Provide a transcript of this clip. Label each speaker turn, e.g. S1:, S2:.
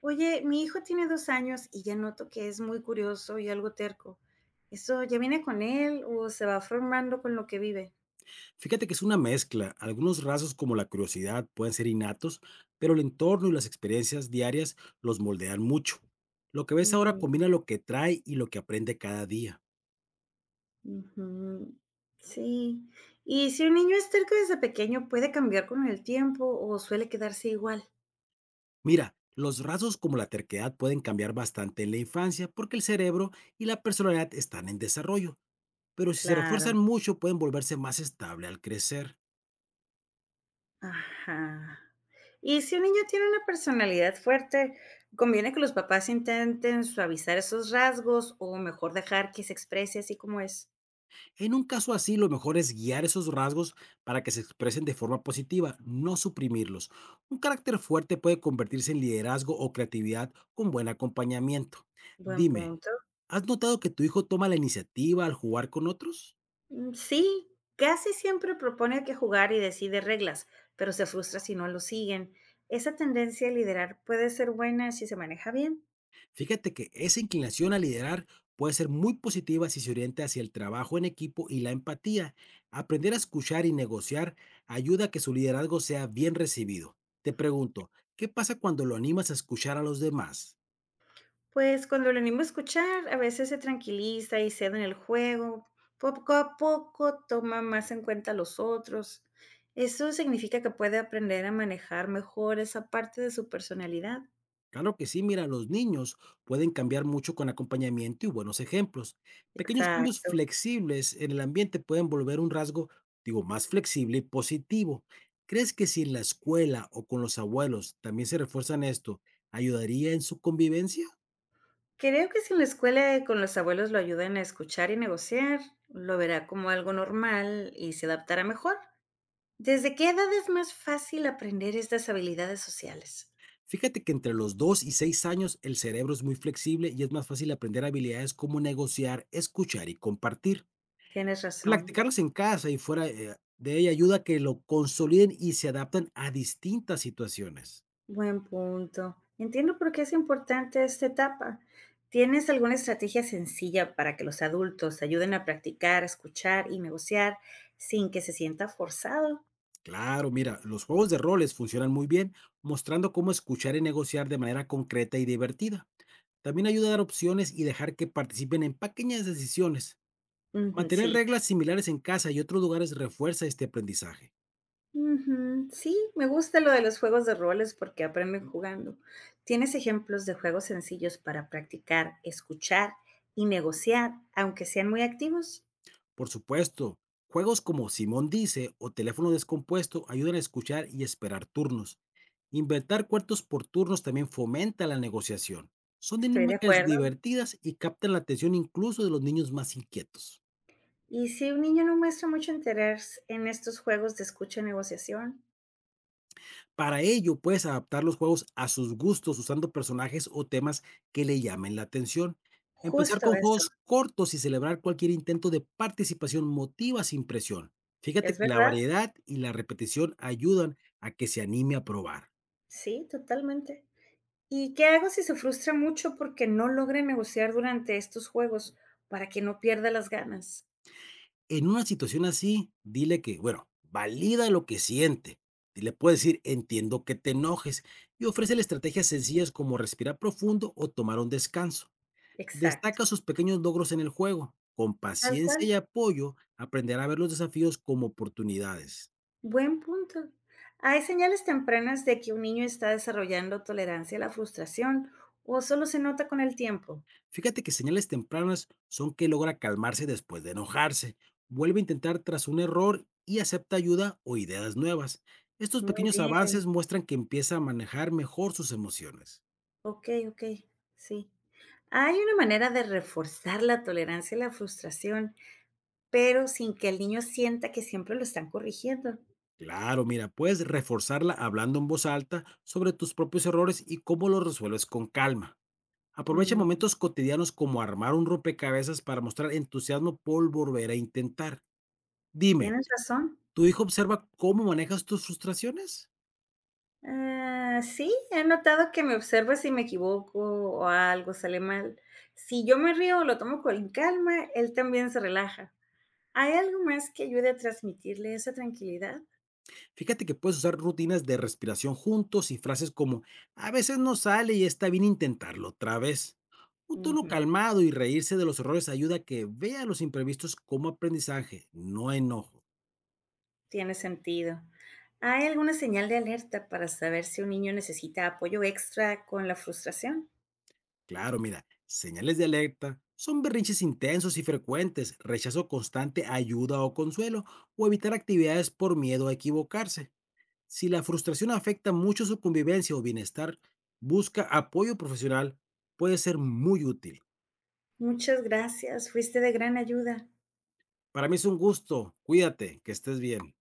S1: Oye, mi hijo tiene 2 años y ya noto que es muy curioso y algo terco. ¿Eso ya viene con él o se va formando con lo que vive?
S2: Fíjate que es una mezcla. Algunos rasgos como la curiosidad pueden ser innatos, pero el entorno y las experiencias diarias los moldean mucho. Lo que ves ahora
S1: Mm,
S2: combina lo que trae y lo que aprende cada día.
S1: ujú, sí. ¿Y si un niño es terco desde pequeño, puede cambiar con el tiempo o suele quedarse igual?
S2: Mira, los rasgos como la terquedad pueden cambiar bastante en la infancia porque el cerebro y la personalidad están en desarrollo, pero si se
S1: Claro.
S2: refuerzan mucho pueden volverse más estable al crecer.
S1: Ajá. Y si un niño tiene una personalidad fuerte, ¿conviene que los papás intenten suavizar esos rasgos o mejor dejar que se exprese así como es?
S2: En un caso así, lo mejor es guiar esos rasgos para que se expresen de forma positiva, no suprimirlos. Un carácter fuerte puede convertirse en liderazgo o creatividad con buen acompañamiento.
S1: Buen
S2: Dime,
S1: punto.
S2: ¿has notado que tu hijo toma la iniciativa al jugar con otros?
S1: Mm, sí, casi siempre propone que jugar y decide reglas, pero se frustra si no lo siguen. Esa tendencia a liderar puede ser buena si se maneja bien.
S2: Fíjate que esa inclinación a liderar puede ser muy positiva si se orienta hacia el trabajo en equipo y la empatía. Aprender a escuchar y negociar ayuda a que su liderazgo sea bien recibido. Te pregunto, ¿qué pasa cuando lo animas a escuchar a los demás?
S1: Pues cuando lo animo a escuchar, a veces se tranquiliza y cede en el juego. Poco a poco toma más en cuenta a los otros. Eso significa que puede aprender a manejar mejor esa parte de su personalidad.
S2: Claro que sí, mira, los niños pueden cambiar mucho con acompañamiento y buenos ejemplos. Pequeños cambios
S1: Exacto.
S2: flexibles en el ambiente pueden volver un rasgo, digo, más flexible y positivo. ¿Crees que si en la escuela o con los abuelos también se refuerzan esto, ayudaría en su convivencia?
S1: Creo que si en la escuela con los abuelos lo ayudan a escuchar y negociar, lo verá como algo normal y se adaptará mejor. ¿Desde qué edad es más fácil aprender estas habilidades sociales?
S2: Fíjate que entre los 2 y 6 años el cerebro es muy flexible y es más fácil aprender habilidades como negociar, escuchar y compartir.
S1: Tienes razón.
S2: Practicarlas en casa y fuera de ella ayuda a que lo consoliden y se adaptan a distintas situaciones.
S1: Buen punto. Entiendo por qué es importante esta etapa. ¿Tienes alguna estrategia sencilla para que los adultos ayuden a practicar, escuchar y negociar sin que se sienta forzado?
S2: Claro, mira, los juegos de roles funcionan muy bien, mostrando cómo escuchar y negociar de manera concreta y divertida. También ayuda a dar opciones y dejar que participen en pequeñas decisiones.
S1: Ujú,
S2: Mantener
S1: sí.
S2: reglas similares en casa y otros lugares refuerza este aprendizaje.
S1: Ujú, sí, me gusta lo de los juegos de roles porque aprenden jugando. ¿Tienes ejemplos de juegos sencillos para practicar, escuchar y negociar, aunque sean muy activos?
S2: Por supuesto, juegos como Simón Dice o Teléfono Descompuesto ayudan a escuchar y esperar turnos. Inventar cuartos por turnos también fomenta la negociación. Son
S1: Estoy de
S2: dinámicas
S1: acuerdo.
S2: divertidas y captan la atención incluso de los niños más inquietos.
S1: Y si un niño no muestra mucho interés en estos juegos de escucha y negociación,
S2: Para ello, puedes adaptar los juegos a sus gustos usando personajes o temas que le llamen la atención. Empezar
S1: justo
S2: con
S1: eso,
S2: juegos cortos y celebrar cualquier intento de participación motiva sin presión. Fíjate
S1: ¿es
S2: que la
S1: verdad?
S2: variedad y la repetición ayudan a que se anime a probar.
S1: Sí, totalmente. ¿Y qué hago si se frustra mucho porque no logra negociar durante estos juegos para que no pierda las ganas?
S2: En una situación así, dile que, bueno, valida lo que siente. Le puedes decir, entiendo que te enojes, y ofrécele estrategias sencillas como respirar profundo o tomar un descanso.
S1: Exacto,
S2: Destaca sus pequeños logros en el juego. Con
S1: tal
S2: paciencia
S1: cual.
S2: y apoyo, aprenderá a ver los desafíos como oportunidades.
S1: Buen punto. ¿Hay señales tempranas de que un niño está desarrollando tolerancia a la frustración o solo se nota con el tiempo?
S2: Fíjate que señales tempranas son que logra calmarse después de enojarse, vuelve a intentar tras un error y acepta ayuda o ideas nuevas. Estos
S1: Muy
S2: pequeños
S1: bien,
S2: avances muestran que empieza a manejar mejor sus emociones.
S1: ok, ok, sí. Hay una manera de reforzar la tolerancia a la frustración, pero sin que el niño sienta que siempre lo están corrigiendo.
S2: Claro, mira, puedes reforzarla hablando en voz alta sobre tus propios errores y cómo los resuelves con calma. Aprovecha
S1: Mm,
S2: momentos cotidianos como armar un rompecabezas para mostrar entusiasmo por volver a intentar. Dime,
S1: tienes razón.
S2: ¿tu hijo observa cómo manejas tus frustraciones?
S1: Ah, sí, he notado que me observa si me equivoco o algo sale mal. Si yo me río o lo tomo con calma, él también se relaja. ¿Hay algo más que ayude a transmitirle esa tranquilidad?
S2: Fíjate que puedes usar rutinas de respiración juntos y frases como a veces no sale y está bien intentarlo otra vez. Un tono
S1: Ujú,
S2: calmado y reírse de los errores ayuda a que vea los imprevistos como aprendizaje, no enojo.
S1: tiene sentido. ¿Hay alguna señal de alerta para saber si un niño necesita apoyo extra con la frustración?
S2: Claro, mira, señales de alerta son berrinches intensos y frecuentes, rechazo constante a ayuda o consuelo, o evitar actividades por miedo a equivocarse. Si la frustración afecta mucho su convivencia o bienestar, busca apoyo profesional, puede ser muy útil.
S1: Muchas gracias, fuiste de gran ayuda.
S2: Para mí es un gusto, cuídate, que estés bien.